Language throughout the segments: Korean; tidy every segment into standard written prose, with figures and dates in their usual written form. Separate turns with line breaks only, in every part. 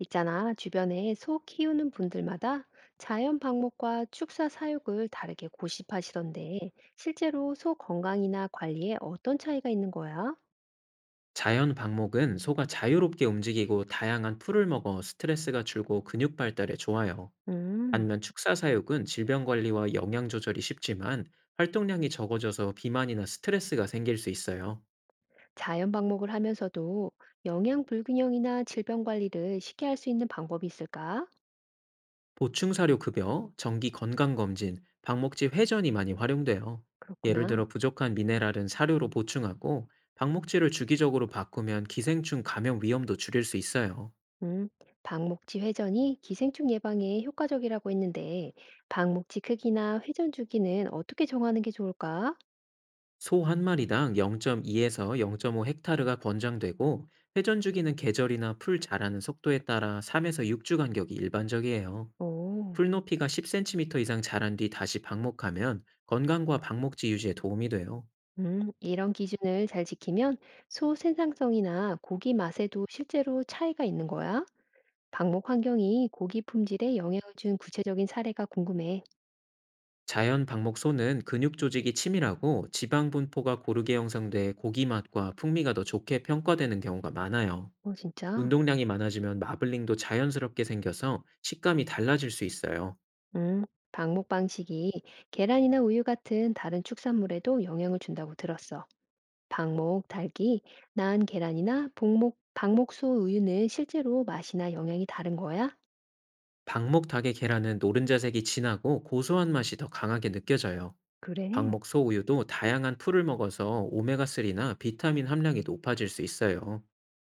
있잖아, 주변에 소 키우는 분들마다 자연 방목과 축사 사육을 다르게 고집하시던데, 실제로 소 건강이나 관리에 어떤 차이가 있는 거야?
자연 방목은 소가 자유롭게 움직이고 다양한 풀을 먹어 스트레스가 줄고 근육 발달에 좋아요.
음,
반면 축사 사육은 질병 관리와 영양 조절이 쉽지만 활동량이 적어져서 비만이나 스트레스가 생길 수 있어요.
자연 방목을 하면서도 영양 불균형이나 질병 관리를 쉽게 할 수 있는 방법이 있을까?
보충 사료 급여, 정기 건강 검진, 방목지 회전이 많이 활용돼요. 예를
그렇구나.
들어 부족한 미네랄은 사료로 보충하고 방목지를 주기적으로 바꾸면 기생충 감염 위험도 줄일 수 있어요.
음, 방목지 회전이 기생충 예방에 효과적이라고 했는데, 방목지 크기나 회전 주기는 어떻게 정하는 게 좋을까?
소 한 마리당 0.2에서 0.5 헥타르가 권장되고 회전 주기는 계절이나 풀 자라는 속도에 따라 3에서 6주 간격이 일반적이에요.
오.
풀 높이가 10cm 이상 자란 뒤 다시 방목하면 건강과 방목지 유지에 도움이 돼요.
이런 기준을 잘 지키면 소 생산성이나 고기 맛에도 실제로 차이가 있는 거야. 방목 환경이 고기 품질에 영향을 준 구체적인 사례가 궁금해.
자연 방목소는 근육 조직이 치밀하고 지방 분포가 고르게 형성돼 고기 맛과 풍미가 더 좋게 평가되는 경우가 많아요.
어, 진짜?
운동량이 많아지면 마블링도 자연스럽게 생겨서 식감이 달라질 수 있어요.
음, 방목 방식이 계란이나 우유 같은 다른 축산물에도 영향을 준다고 들었어. 방목, 닭이 낳은 계란이나 복목, 방목소 우유는 실제로 맛이나 영향이 다른 거야?
방목닭의 계란은 노른자색이 진하고 고소한 맛이 더 강하게 느껴져요.
그래.
방목 소우유도 다양한 풀을 먹어서 오메가3나 비타민 함량이 높아질 수 있어요.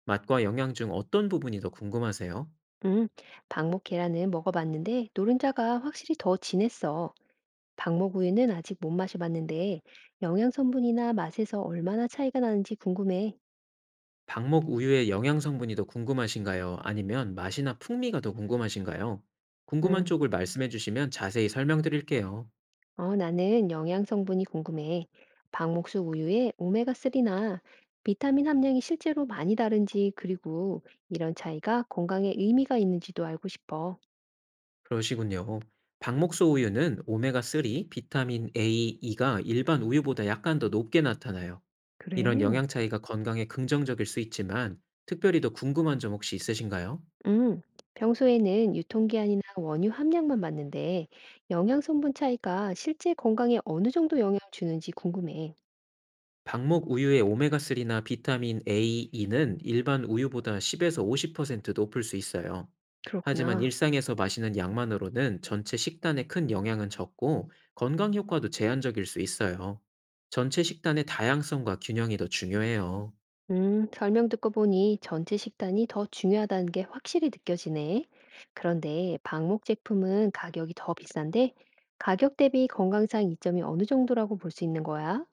맛과 영양 중 어떤 부분이 더 궁금하세요?
음, 방목 계란은 먹어봤는데 노른자가 확실히 더 진했어. 박모구이는 아직 못 마셔봤는데 영양 성분이나 맛에서 얼마나 차이가 나는지 궁금해.
방목 우유의 영양 성분이 더 궁금하신가요? 아니면 맛이나 풍미가 더 궁금하신가요? 궁금한
음.
쪽을 말씀해 주시면 자세히 설명드릴게요.
어, 나는 영양 성분이 궁금해. 박목수 우유의 오메가3나 비타민 함량이 실제로 많이 다른지 그리고 이런 차이가 건강에 의미가 있는지도 알고 싶어.
그러시군요. 박목소 우유는 오메가3, 비타민 A, E가 일반 우유보다 약간 더 높게 나타나요.
그래.
이런 영양 차이가 건강에 긍정적일 수 있지만, 특별히 더 궁금한 점 혹시 있으신가요?
음. 평소에는 유통기한이나 원유 함량만 봤는데 영양 성분 차이가 실제 건강에 어느 정도 영향을 주는지 궁금해.
박목 우유의 오메가3나 비타민 A, E는 일반 우유보다 10에서 50% 높을 수 있어요. 하지만
그렇구나.
일상에서 마시는 양만으로는 전체 식단에 큰 영향은 적고 건강 효과도 제한적일 수 있어요. 전체 식단의 다양성과 균형이 더 중요해요.
설명 듣고 보니 전체 식단이 더 중요하다는 게 확실히 느껴지네. 그런데 방목 제품은 가격이 더 비싼데 가격 대비 건강상 이점이 어느 정도라고 볼 수 있는 거야?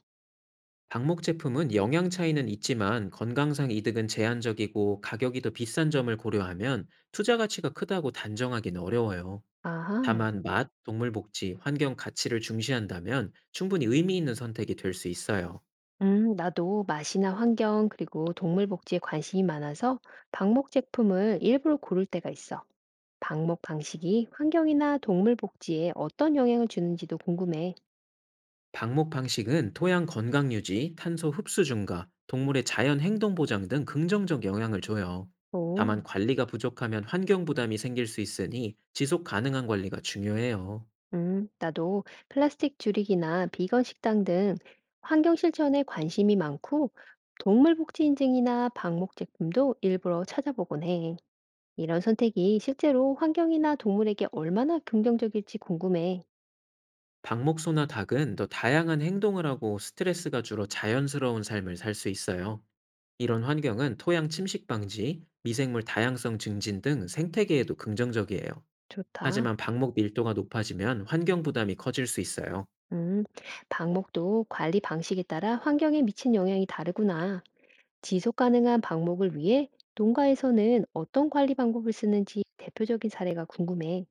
방목 제품은 영양 차이는 있지만 건강상 이득은 제한적이고 가격이 더 비싼 점을 고려하면 투자 가치가 크다고 단정하기는 어려워요.
아하.
다만 맛, 동물 복지, 환경 가치를 중시한다면 충분히 의미 있는 선택이 될 수 있어요.
나도 맛이나 환경 그리고 동물 복지에 관심이 많아서 방목 제품을 일부러 고를 때가 있어. 방목 방식이 환경이나 동물 복지에 어떤 영향을 주는지도 궁금해.
방목 방식은 토양 건강 유지, 탄소 흡수 증가, 동물의 자연 행동 보장 등 긍정적 영향을 줘요. 다만
오.
관리가 부족하면 환경 부담이 생길 수 있으니 지속 가능한 관리가 중요해요.
나도 플라스틱 줄이기나 비건 식당 등 환경 실천에 관심이 많고 동물 복지 인증이나 방목 제품도 일부러 찾아보곤 해. 이런 선택이 실제로 환경이나 동물에게 얼마나 긍정적일지 궁금해.
박목소나 닭은 더 다양한 행동을 하고 스트레스가 줄어 자연스러운 삶을 살 수 있어요. 이런 환경은 토양 침식 방지, 미생물 다양성 증진 등 생태계에도 긍정적이에요.
좋다.
하지만 방목 밀도가 높아지면 환경 부담이 커질 수 있어요.
음, 방목도 관리 방식에 따라 환경에 미친 영향이 다르구나. 지속 가능한 방목을 위해 농가에서는 어떤 관리 방법을 쓰는지 대표적인 사례가 궁금해.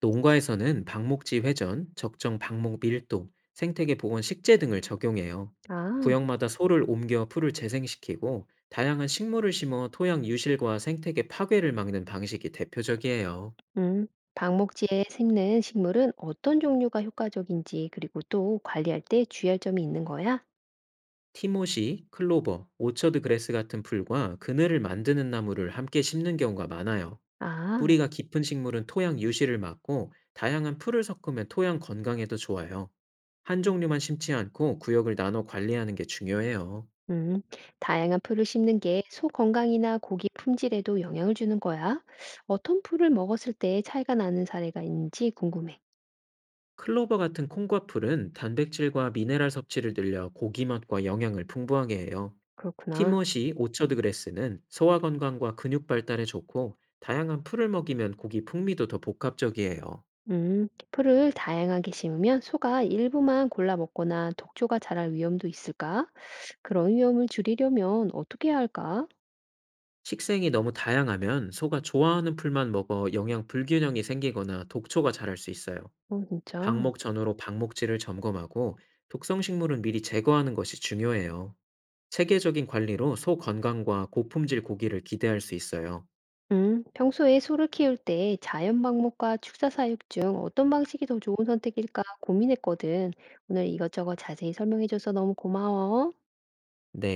농가에서는 방목지 회전, 적정 방목 밀도, 생태계 보건 식재 등을 적용해요.
아.
구역마다 소를 옮겨 풀을 재생시키고 다양한 식물을 심어 토양 유실과 생태계 파괴를 막는 방식이 대표적이에요.
음, 방목지에 심는 식물은 어떤 종류가 효과적인지, 그리고 또 관리할 때 주의할 점이 있는 거야?
티모시, 클로버, 오처드 그레스 같은 풀과 그늘을 만드는 나무를 함께 심는 경우가 많아요.
아,
뿌리가 깊은 식물은 토양 유실을 막고 다양한 풀을 섞으면 토양 건강에도 좋아요. 한 종류만 심지 않고 구역을 나눠 관리하는 게 중요해요.
음, 다양한 풀을 심는 게 소 건강이나 고기 품질에도 영향을 주는 거야? 어떤 풀을 먹었을 때 차이가 나는 사례가 있는지 궁금해.
클로버 같은 콩과 풀은 단백질과 미네랄 섭취를 늘려 고기 맛과 영양을 풍부하게 해요.
그렇구나.
티모시, 오처드 그레스는 소화 건강과 근육 발달에 좋고 다양한 풀을 먹이면 고기 풍미도 더 복합적이에요.
풀을 다양하게 심으면 소가 일부만 골라 먹거나 독초가 자랄 위험도 있을까? 그런 위험을 줄이려면 어떻게 해야 할까?
식생이 너무 다양하면 소가 좋아하는 풀만 먹어 영양 불균형이 생기거나 독초가 자랄 수 있어요.
어, 진짜.
방목 전후로 방목질을 점검하고 독성 식물은 미리 제거하는 것이 중요해요. 체계적인 관리로 소 건강과 고품질 고기를 기대할 수 있어요.
평소에 소를 키울 때 자연 방목과 축사 사육 중 어떤 방식이 더 좋은 선택일까 고민했거든. 오늘 이것저것 자세히 설명해줘서 너무 고마워.
네.